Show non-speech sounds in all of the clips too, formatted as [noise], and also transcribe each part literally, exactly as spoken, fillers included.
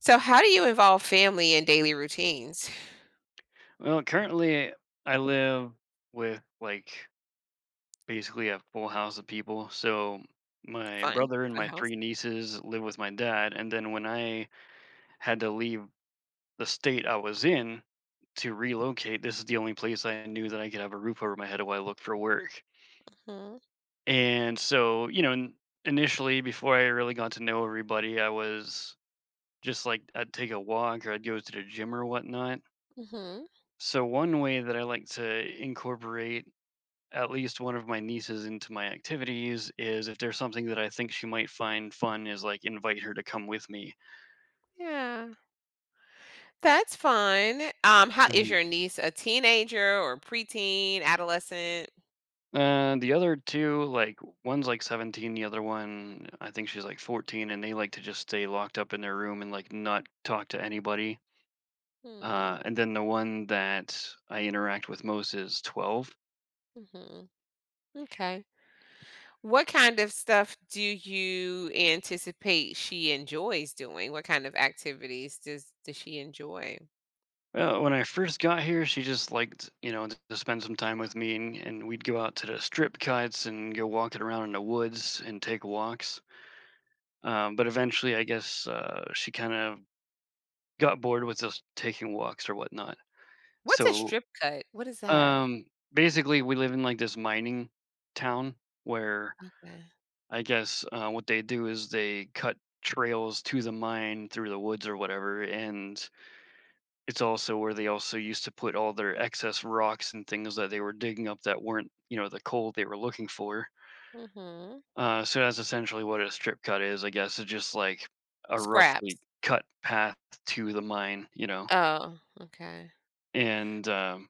So how do you involve family in daily routines? Well, currently I live with like basically a full house of people. So my Fun. brother and Fun my house. three nieces live with my dad. And then when I had to leave the state I was in to relocate, this is the only place I knew that I could have a roof over my head while I looked for work. Mhm, And so, you know, in- initially before I really got to know everybody, I was just like I'd take a walk or I'd go to the gym or whatnot. mhm. So one way that I like to incorporate at least one of my nieces into my activities is if there's something that I think she might find fun is like invite her to come with me. Yeah. That's fun. Um, how is hmm your niece a teenager or preteen, adolescent? Uh, the other two, like one's like seventeen, the other one I think she's like fourteen, and they like to just stay locked up in their room and like not talk to anybody. Uh, Mm, And then the one that I interact with most is twelve. mhm. Okay. What kind of stuff do you anticipate she enjoys doing? What kind of activities does does she enjoy? Uh, when I first got here, she just liked, you know, to to spend some time with me, and, and we'd go out to the strip cuts and go walking around in the woods and take walks. Um, but eventually, I guess uh, she kind of got bored with us taking walks or whatnot. What's a So strip cut? What is that? um, basically, we live in like this mining town where Okay. I guess uh, what they do is they cut trails to the mine through the woods or whatever. And it's also where they also used to put all their excess rocks and things that they were digging up that weren't, you know, the coal they were looking for. Mhm. Uh, so that's essentially what a strip cut is, I guess. It's just like a Scraps. roughly cut path to the mine, you know. Oh, okay. And um,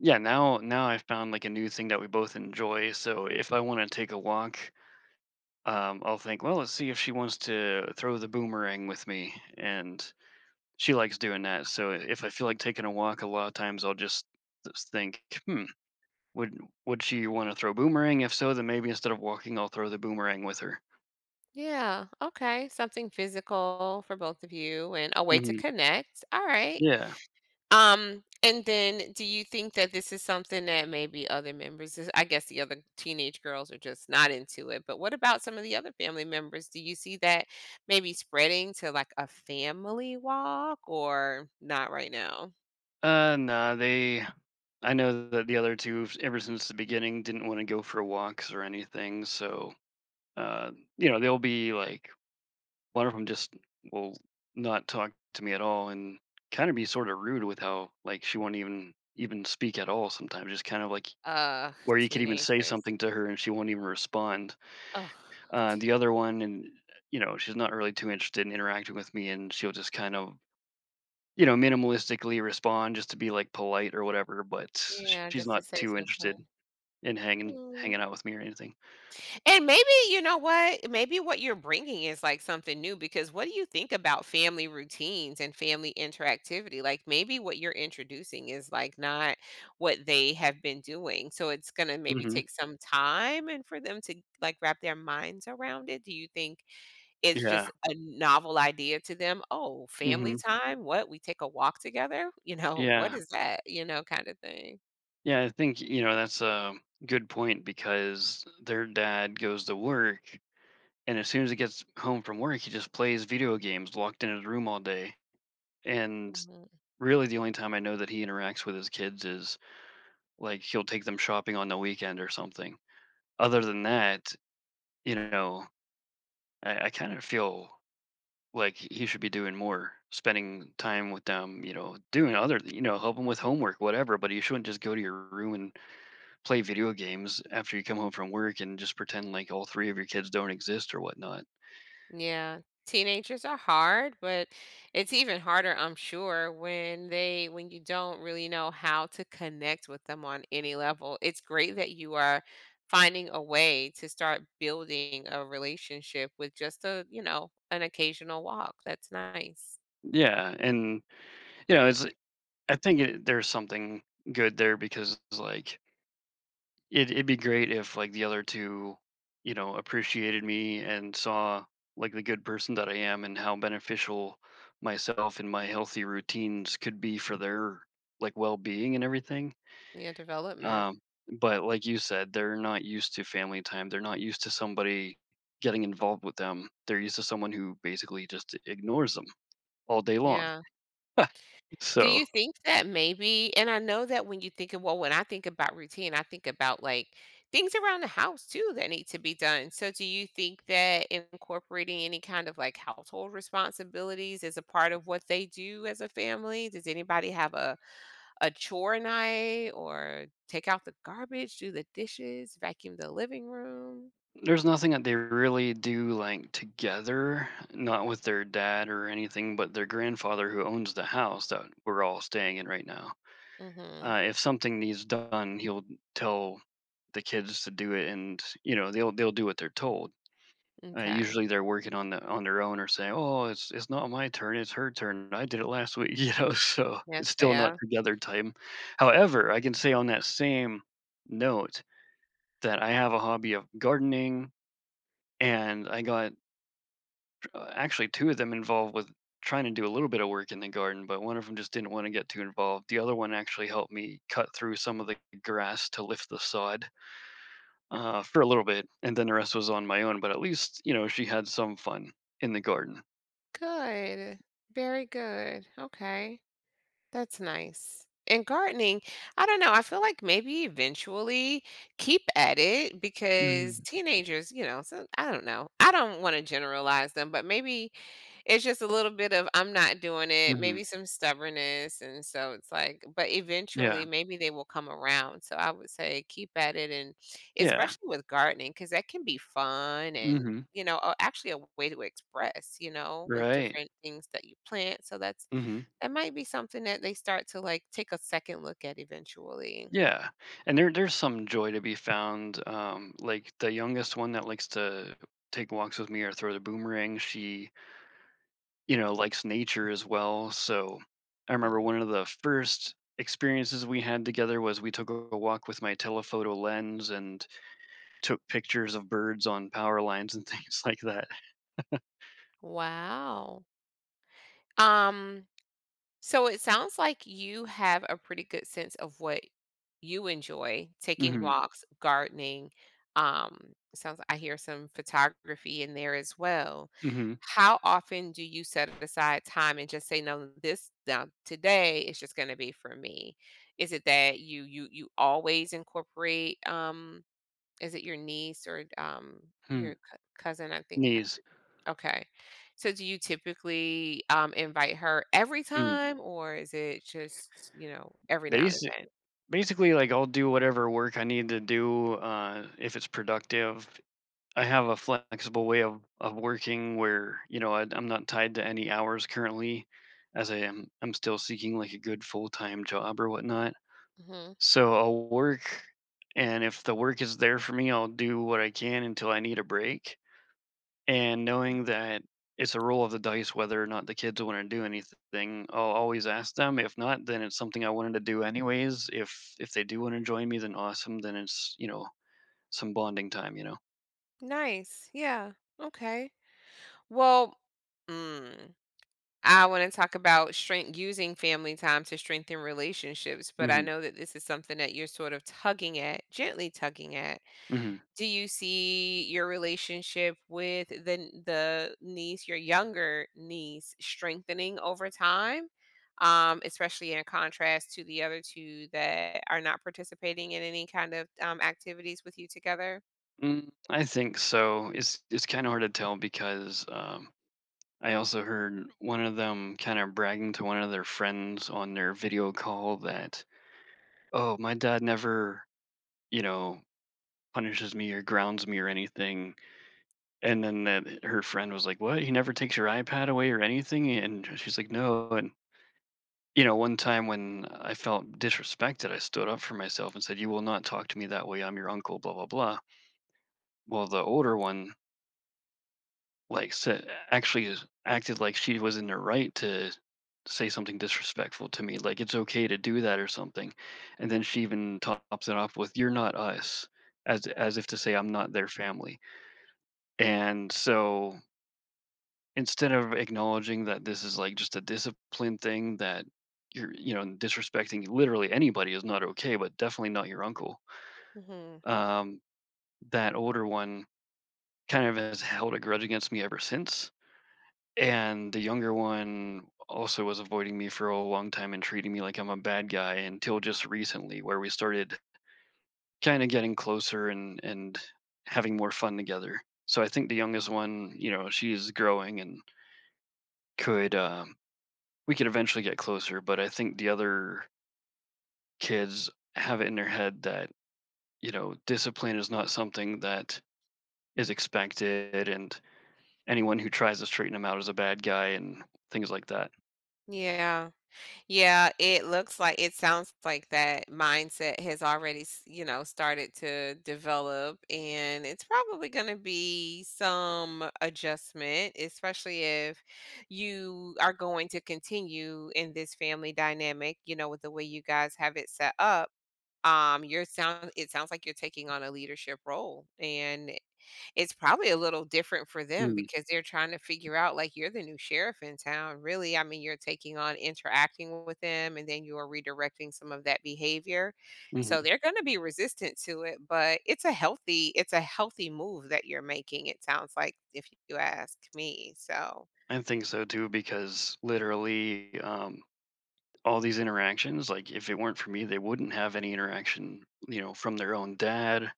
yeah, now now I found like a new thing that we both enjoy. So if I want to take a walk, um, I'll think, well, let's see if she wants to throw the boomerang with me, and she likes doing that. So if I feel like taking a walk, a lot of times I'll just just think, hmm, would would she want to throw boomerang? If so, then maybe instead of walking, I'll throw the boomerang with her. Yeah. Okay. Something physical for both of you and a way to hmm connect. All right. Yeah. Um, and then do you think that this is something that maybe other members, is- I guess the other teenage girls are just not into it, but what about some of the other family members? Do you see that maybe spreading to like a family walk or not right now? Uh, nah, they. I know that the other two, s- ever since the beginning, didn't want to go for walks or anything. So, uh, you know, they'll be like, one of them just will not talk to me at all and kind of be sort of rude with how, like, she won't even even speak at all sometimes, just kind of like Uh, where you could even say Teenagers. something to her and she won't even respond. Oh, Uh, t- The other one, and, you know, she's not really too interested in interacting with me and she'll just kind of you know, minimalistically respond just to be, like, polite or whatever, but sh- yeah, she's just to not say too interested something. in hanging Mm. hanging out with me or anything. And maybe, you know what? Maybe what you're bringing is like something new because what do you think about family routines and family interactivity? Like maybe what you're introducing is like not what they have been doing. So it's going to maybe Mhm. take some time and for them to like wrap their minds around it. Do you think it's just Yeah. a novel idea to them? Oh, family Mhm. time? What? We take a walk together? You know, what Yeah. is that? You know, kind of thing. Yeah, I think, you know, that's a good point because their dad goes to work, and as soon as he gets home from work, he just plays video games locked in his room all day, and Mm-hmm. really the only time I know that he interacts with his kids is, like, he'll take them shopping on the weekend or something. Other than that, you know, I I kind of feel like he should be doing more, spending time with them, you know, doing other, you know, help helping with homework, whatever. But you shouldn't just go to your room and play video games after you come home from work and just pretend like all three of your kids don't exist or whatnot. Yeah, teenagers are hard, but it's even harder, I'm sure, when they when you don't really know how to connect with them on any level. It's great that you are finding a way to start building a relationship with just a, you know, an occasional walk. That's nice. Yeah, and you know, it's I think it, there's something good there because like it it'd be great if like the other two, you know, appreciated me and saw like the good person that I am and how beneficial myself and my healthy routines could be for their like well-being and everything. Yeah, development. Um, but like you said, they're not used to family time. They're not used to somebody getting involved with them. They're used to someone who basically just ignores them all day long. Yeah. [laughs] Do So you think that maybe and I know that when you think of well, when I think about routine, I think about, like, things around the house too that need to be done. So do you think that incorporating any kind of, like, household responsibilities is a part of what they do as a family? Does anybody have a a chore night or take out the garbage, do the dishes, vacuum the living room? there's nothing that they really do like together, not with their dad or anything, but their grandfather who owns the house that we're all staying in right now. Mhm. Uh, if something needs done, he'll tell the kids to do it, and you know they'll they'll do what they're told. Uh, Okay. Usually they're working on the on their own or say, "Oh, it's it's not my turn, it's her turn. I did it last week," [laughs] you know. So it's Yes, still not there. together time. However, I can say on that same note that I have a hobby of gardening, and I got Uh, actually, two of them involved with trying to do a little bit of work in the garden, but one of them just didn't want to get too involved. The other one actually helped me cut through some of the grass to lift the sod uh, for a little bit, and then the rest was on my own. But at least you know she had some fun in the garden. Good. Very good. Okay. That's nice. And gardening, I don't know, I feel like maybe eventually keep at it because Mm-hmm. teenagers, you know, so I don't know. I don't want to generalize them, but maybe it's just a little bit of I'm not doing it, hmm maybe some stubbornness. And so it's like, but eventually Yeah. maybe they will come around. So I would say keep at it. And Yeah. especially with gardening, because that can be fun and, hmm you know, a- actually a way to express, you know, with Right. different things that you plant. So that's hmm that might be something that they start to, like, take a second look at eventually. Yeah. And there there's some joy to be found. Um, like the youngest one that likes to take walks with me or throw the boomerang, she you know, likes nature as well. So I remember Mhm. one of the first experiences we had together was we took a walk with my telephoto lens and took pictures of birds on power lines and [laughs] things like that. Wow. Um, so it sounds like you have a pretty good sense of what you enjoy, taking hmm walks, gardening, um, sounds I hear some photography in there as well. hmm How often do you set aside time and just say, "No, this now today is just gonna be for me?" Is it that you you you always incorporate, um, is it your niece or um, your hmm c- cousin? I think. uh, Knees. Okay. So do you typically um, invite her every Mm. time, or is it just, you know, every now and Basic. again? Basically, like I'll do whatever work I need to do uh, if it's productive. I have a flexible way of, of working where you know I, I'm not tied to any hours currently, as I am I'm still seeking like a good full time job or whatnot. Hmm. So I'll work, and if the work is there for me, I'll do what I can until I need a break. And knowing that it's a roll of the dice whether or not the kids want to do anything, I'll always ask them. If not, then it's something I wanted to do anyways. If if they do want to join me, then awesome. Then it's you know some bonding time. You know. Nice. Yeah. Okay. Well, mm, I want to talk about strength using family time to strengthen relationships, but I hmm know that this is something that you're sort of tugging at, gently tugging at. hmm Do you see your relationship with the the niece, your younger niece, strengthening over time? Um, especially in contrast to the other two that are not participating in any kind of um, activities with you together. Mm, I think so. It's it's kind of hard to tell because um, I also heard one of them kind of bragging to one of their friends on their video call that, "Oh, my dad never, you know, punishes me or grounds me or anything." And then that eh, her friend was like, "What? He never takes your iPad away or anything?" And she's like, "No." And you know, one time when I felt disrespected, I stood up for myself and said, "You will not talk to me that way. I'm your uncle." Blah blah blah. Well, the older one Like, said actually is acted like she was in the right to say something disrespectful to me, like, "It's okay to do that," or something, and then she even tops it off with, "You're not us," as as if to say I'm not their family, and so, instead of acknowledging that this is, like, just a discipline thing that you're you know, disrespecting literally anybody is not okay, but definitely not your uncle, Hmm. um, that older one kind of has held a grudge against me ever since. And the younger one also was avoiding me for a long time and treating me like I'm a bad guy until just recently, where we started kind of getting closer and and having more fun together. So I think the youngest one, you know, she's growing and could um, we could eventually get closer, but I think the other kids have it in their head that you know discipline is not something that is expected, and anyone who tries to straighten them out is a bad guy and things like that. Yeah. Yeah, it looks like it sounds like that mindset has already, s- you know, started to develop, and it's probably going to be some adjustment, especially if you are going to continue in this family dynamic, you know, with the way you guys have it set up. Um, you're sound It sounds like you're taking on a leadership role, and it's probably a little different for them because they're trying to figure out, like, you're the new sheriff in town, really. I mean, you're taking on interacting with them, and then you are redirecting some of that behavior. So Mm-hmm. they're going to be resistant to it, but it's a healthy it's a healthy move that you're making, it sounds like, if you ask me, so I think so too, because literally, um, all these interactions, like if it weren't for me, they wouldn't have any interaction, you know, from their own dad,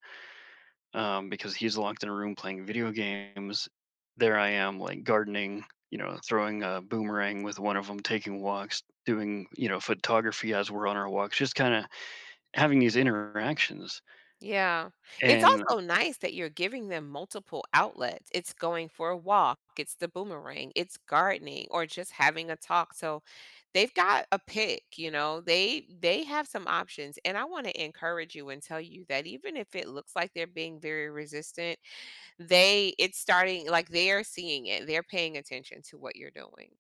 um, because he's locked in a room playing video games. There I am, like gardening, you know, throwing a boomerang with one of them, taking walks, doing, you know, photography as we're on our walks, just kind of having these interactions. yeah. It's And also nice that you're giving them multiple outlets. It's going for a walk, it's the boomerang, it's gardening or just having a talk. So they've got a pick, you know. They they have some options, and I want to encourage you and tell you that even if it looks like they're being very resistant, they it's starting like they're seeing it. They're paying attention to what you're doing.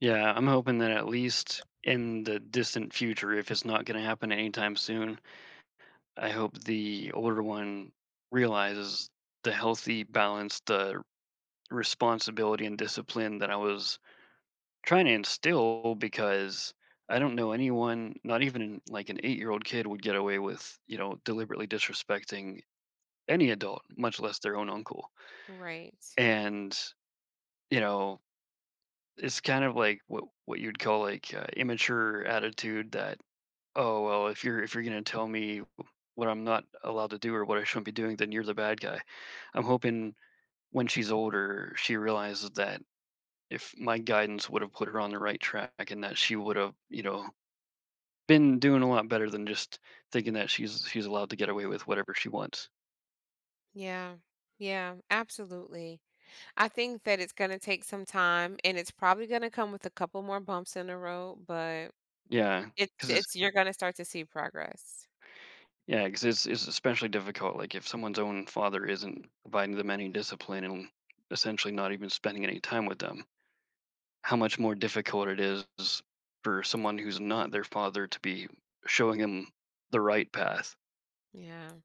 yeah, I'm hoping that at least in the distant future, if it's not going to happen anytime soon, I hope the older one realizes the healthy balance, the responsibility and discipline that I was trying to instill because I don't know anyone, not even like an eight year old kid, would get away with, you know, deliberately disrespecting any adult, much less their own uncle. Right. And, you know, it's kind of like what what you'd call like uh, immature attitude that, oh well, if you're if you're gonna tell me what I'm not allowed to do or what I shouldn't be doing then you're the bad guy. I'm hoping when she's older, she realizes that if my guidance would have put her on the right track and that she would have, you know, been doing a lot better than just thinking that she's she's allowed to get away with whatever she wants. Yeah. Yeah, absolutely. I think that it's gonna take some time, and it's probably gonna come with a couple more bumps in the road, but Yeah, it's because it's it's you're gonna start to see progress. yeah, because it's it's especially difficult. Like if someone's own father isn't providing them any discipline and essentially not even spending any time with them, how much more difficult it is for someone who's not their father to be showing them the right path. Yeah.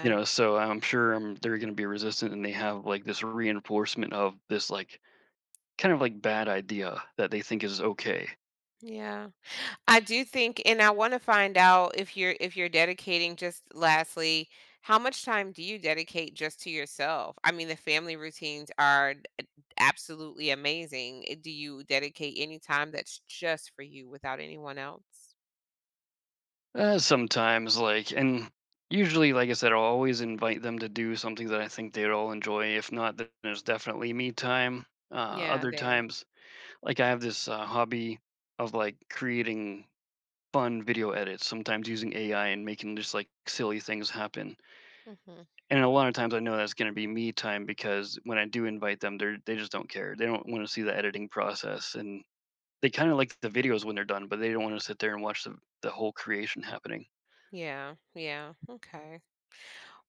You know, so I'm sure um, they're going to be resistant, and they have like this reinforcement of this like kind of like bad idea that they think is okay. Yeah. I do think and I wanna find out if you're if you're dedicating just lastly, how much time do you dedicate just to yourself? I mean, the family routines are d absolutely amazing. Uh, Do you dedicate any time that's just for you without anyone else? Uh, sometimes, like, and usually, like I said, I'll always invite them to do something that I think they'd all enjoy. If not, then there's definitely me time. Uh, Yeah, Other there. times, like I have this uh, hobby of like creating fun video edits, sometimes using A I and making just like silly things happen. Mhm. And a lot of times I know that's gonna be me time because when I do invite them, they're they just don't care. They don't wanna see the editing process, and they kinda like the videos when they're done, but they don't wanna sit there and watch the the whole creation happening. Yeah, yeah, okay.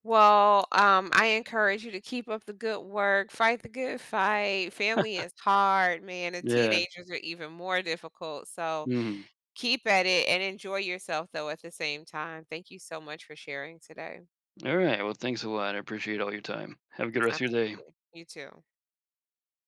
Well, um, I encourage you to keep up the good work, fight the good fight. Family is hard, man, and Yeah. teenagers are even more difficult. So Mhm. keep at it and enjoy yourself, though, at the same time. Thank you so much for sharing today. Alright, well, thanks a lot. I appreciate all your time. Have a good rest of your day. Absolutely. You too.